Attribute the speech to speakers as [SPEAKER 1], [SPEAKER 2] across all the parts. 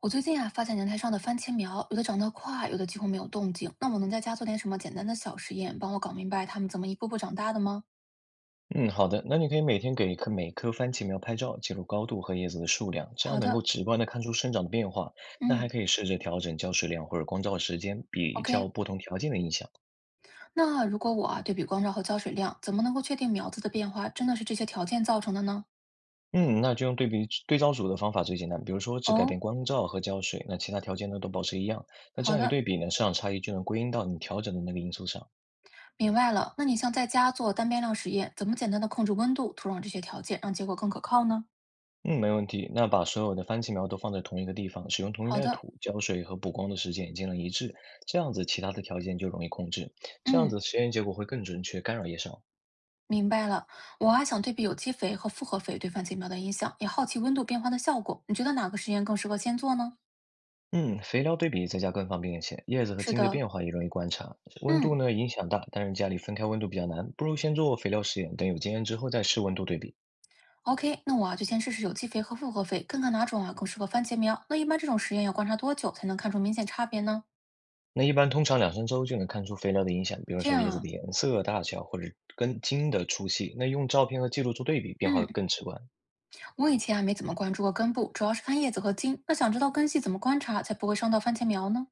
[SPEAKER 1] 我最近啊，发现阳台上的番茄苗，有的长得快，有的几乎没有动静。那我能在家做点什么简单的小实验，帮我搞明白它们怎么一步步长大的吗？
[SPEAKER 2] 嗯，好的。那你可以每天给每棵番茄苗拍照，记录高度和叶子的数量，这样
[SPEAKER 1] 好
[SPEAKER 2] 能够
[SPEAKER 1] 的，
[SPEAKER 2] 直观的看出生长的变化。那还
[SPEAKER 1] 嗯
[SPEAKER 2] 可以试着调整浇水量或者光照时间，比
[SPEAKER 1] ，OK。
[SPEAKER 2] 较不同条件的影响。
[SPEAKER 1] 那如果我啊对比光照和浇水量，怎么能够确定苗子的变化真的是这些条件造成的呢？
[SPEAKER 2] 嗯，那就用对照组的方法最简单，比如说只改
[SPEAKER 1] 哦，
[SPEAKER 2] 变光照和浇水，那其他条件呢都保持一样。那这
[SPEAKER 1] 好
[SPEAKER 2] 样一
[SPEAKER 1] 的，
[SPEAKER 2] 对比呢，市场差异就能归因到你调整的那个因素上。
[SPEAKER 1] 明白了。那你像在家做单变量实验，怎么简单的控制温度、土壤这些条件，让结果更可靠呢？
[SPEAKER 2] 嗯，没问题。那把所有的番茄苗都放在同一个地方，使用同一
[SPEAKER 1] 好
[SPEAKER 2] 袋
[SPEAKER 1] 的，
[SPEAKER 2] 土、浇水和补光的时间也尽量一致，这样子其他的条件就容易控制。这样
[SPEAKER 1] 嗯。
[SPEAKER 2] 子实验结果会更准确，干扰也少。
[SPEAKER 1] 明白了，我还想对比有机肥和复合肥对番茄苗的影响，也好奇温度变化的效果。你觉得哪个实验更适合先做呢？
[SPEAKER 2] 嗯，肥料对比在家更方便一些，叶子和
[SPEAKER 1] 是
[SPEAKER 2] 茎的
[SPEAKER 1] 的，
[SPEAKER 2] 变化也容易观察。温度
[SPEAKER 1] 嗯
[SPEAKER 2] 呢影响大，但是家里分开温度比较难，不如先做肥料实验，等有经验之后再试温度对比。
[SPEAKER 1] ，OK，那我啊就先试试有机肥和复合肥，看看哪种啊更适合番茄苗。那一般这种实验要观察多久才能看出明显差别呢？
[SPEAKER 2] 那一般通常两三周就能看出肥料的影响，比如
[SPEAKER 1] 这
[SPEAKER 2] 说
[SPEAKER 1] 样
[SPEAKER 2] 叶子
[SPEAKER 1] 啊，
[SPEAKER 2] 的颜色、大小或者根茎的粗细。那用照片和记录做对比，变化
[SPEAKER 1] 嗯，
[SPEAKER 2] 更直观。
[SPEAKER 1] 我以前啊没怎么关注过根部，主要是看叶子和茎。那想知道根系怎么观察才不会伤到番茄苗呢？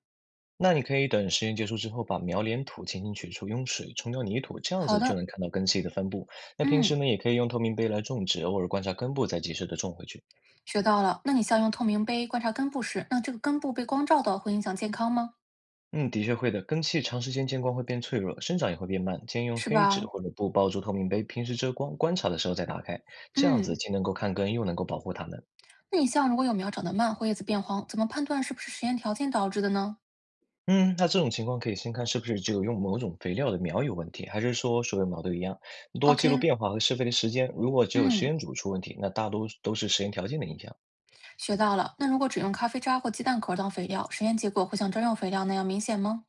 [SPEAKER 2] 那你可以等实验结束之后，把苗连土轻轻取出，用水冲掉泥土，这样
[SPEAKER 1] 好
[SPEAKER 2] 子就
[SPEAKER 1] 的，
[SPEAKER 2] 能看到根系的分布。那平
[SPEAKER 1] 嗯，
[SPEAKER 2] 时呢，也可以用透明杯来种植，偶尔观察根部，再及时的种回去。
[SPEAKER 1] 学到了。那你像用透明杯观察根部时，那这个根部被光照到会影响健康吗？
[SPEAKER 2] 嗯，的确会的，根系长时间见光会变脆弱，生长也会变慢。建议用
[SPEAKER 1] 是
[SPEAKER 2] 黑纸
[SPEAKER 1] 吧？
[SPEAKER 2] 或者布包住透明杯，平时遮光，观察的时候再打开，这样子
[SPEAKER 1] 嗯，
[SPEAKER 2] 既能够看根，又能够保护它们。
[SPEAKER 1] 那你像如果有苗长得慢或叶子变黄，怎么判断是不是实验条件导致的呢
[SPEAKER 2] 嗯，那这种情况可以先看是不是只有用某种肥料的苗有问题，还是说所有苗都一样。多记录
[SPEAKER 1] ？OK，
[SPEAKER 2] 变化和施肥的时间，如果只有实
[SPEAKER 1] 嗯，
[SPEAKER 2] 验组出问题，那大多都是实验条件的影响。
[SPEAKER 1] 学到了。那如果只用咖啡渣或鸡蛋壳当肥料，实验结果会像专用肥料那样明显吗？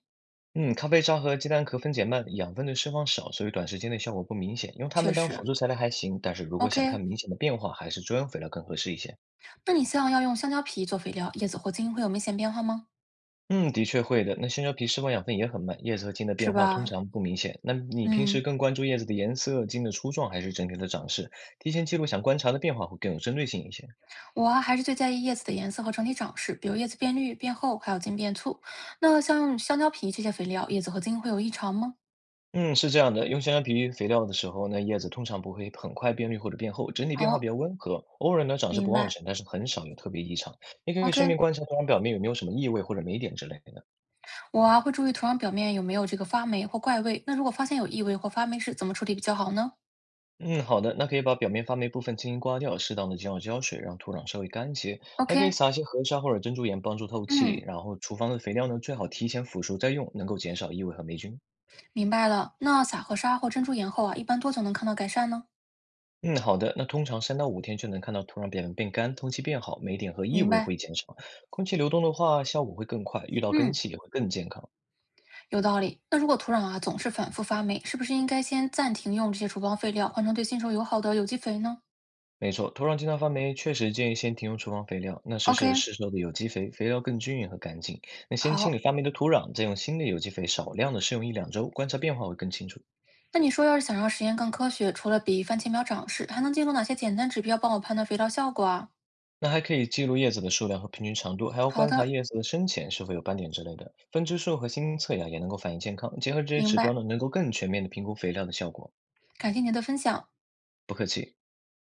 [SPEAKER 2] 嗯，咖啡渣和鸡蛋壳分解慢，养分的释放少，所以短时间内效果不明显。用它
[SPEAKER 1] 确
[SPEAKER 2] 们当辅
[SPEAKER 1] 实。
[SPEAKER 2] 助材料还行，但是如果想看
[SPEAKER 1] OK，
[SPEAKER 2] 明显的变化，还是猪油肥料更合适一些。
[SPEAKER 1] 那你像要用香蕉皮做肥料，叶子或茎会有明显变化吗？
[SPEAKER 2] 嗯，的确会的。那香蕉皮释放养分也很慢，叶子和茎的
[SPEAKER 1] 是
[SPEAKER 2] 变化通
[SPEAKER 1] 吧？
[SPEAKER 2] 常不明显。那你平时
[SPEAKER 1] 嗯，
[SPEAKER 2] 更关注叶子的颜色、茎的粗壮，还是整体的长势？提前记录想观察的变化会更有针对性一些。
[SPEAKER 1] 我啊还是最在意叶子的颜色和整体长势，比如叶子变绿、变厚，还有茎变粗。那像用香蕉皮这些肥料，叶子和茎会有异常吗？
[SPEAKER 2] 嗯，是这样的，用香蕉皮育肥料的时候呢，叶子通常不会很快变绿或者变厚，整体变化比
[SPEAKER 1] 好，
[SPEAKER 2] 较温和，偶尔呢长势
[SPEAKER 1] 明
[SPEAKER 2] 不旺
[SPEAKER 1] 白。
[SPEAKER 2] 盛，但是很少有特别异常。你可以顺
[SPEAKER 1] OK，
[SPEAKER 2] 便观察土壤表面有没有什么异味或者霉点之类的。
[SPEAKER 1] 我啊会注意土壤表面有没有这个发霉或怪味。那如果发现有异味或发霉是怎么处理比较好呢
[SPEAKER 2] 嗯，好的，那可以把表面发霉部分轻轻刮掉，适当的浇浇水，让土壤稍微干一些，还可以
[SPEAKER 1] ？OK，
[SPEAKER 2] 撒一些河沙或者珍珠岩帮助透气。
[SPEAKER 1] 嗯，
[SPEAKER 2] 然后厨房的肥料呢，最好提前腐熟再用，能够减少异味和霉菌。
[SPEAKER 1] 明白了。那撒河沙或珍珠岩后啊，一般多久能看到改善呢？
[SPEAKER 2] 嗯，好的。那通常3到5天就能看到土壤表面变干，通气变好，霉点和异
[SPEAKER 1] 明
[SPEAKER 2] 味
[SPEAKER 1] 白。
[SPEAKER 2] 会减少。空气流动的话，效果会更快，遇到根
[SPEAKER 1] 嗯，
[SPEAKER 2] 系也会更健康。
[SPEAKER 1] 有道理。那如果土壤啊总是反复发霉，是不是应该先暂停用这些厨房废料，换成对新手友好的有机肥呢
[SPEAKER 2] 没错，土壤经常发霉，确实建议先停用厨房肥料，那试试
[SPEAKER 1] ？OK，
[SPEAKER 2] 市售的有机肥，肥料更均匀和干净。那先清理
[SPEAKER 1] 好。
[SPEAKER 2] 发霉的土壤，再用新的有机肥少量的试用一两周，观察变化会更清楚。
[SPEAKER 1] 那你说，要是想让实验更科学，除了比番茄苗长势，还能借助哪些简单指标帮我判断肥料效果啊？
[SPEAKER 2] 那还可以记录叶子的数量和平均长度，还要
[SPEAKER 1] 好
[SPEAKER 2] 观察
[SPEAKER 1] 的，
[SPEAKER 2] 叶子的深浅是否有斑点之类的。分支数和新侧芽也能够反映健康，结合这些
[SPEAKER 1] 明
[SPEAKER 2] 指标
[SPEAKER 1] 白。
[SPEAKER 2] 呢，能够更全面的评估肥料的效果。
[SPEAKER 1] 感谢您的分享。
[SPEAKER 2] 不客气。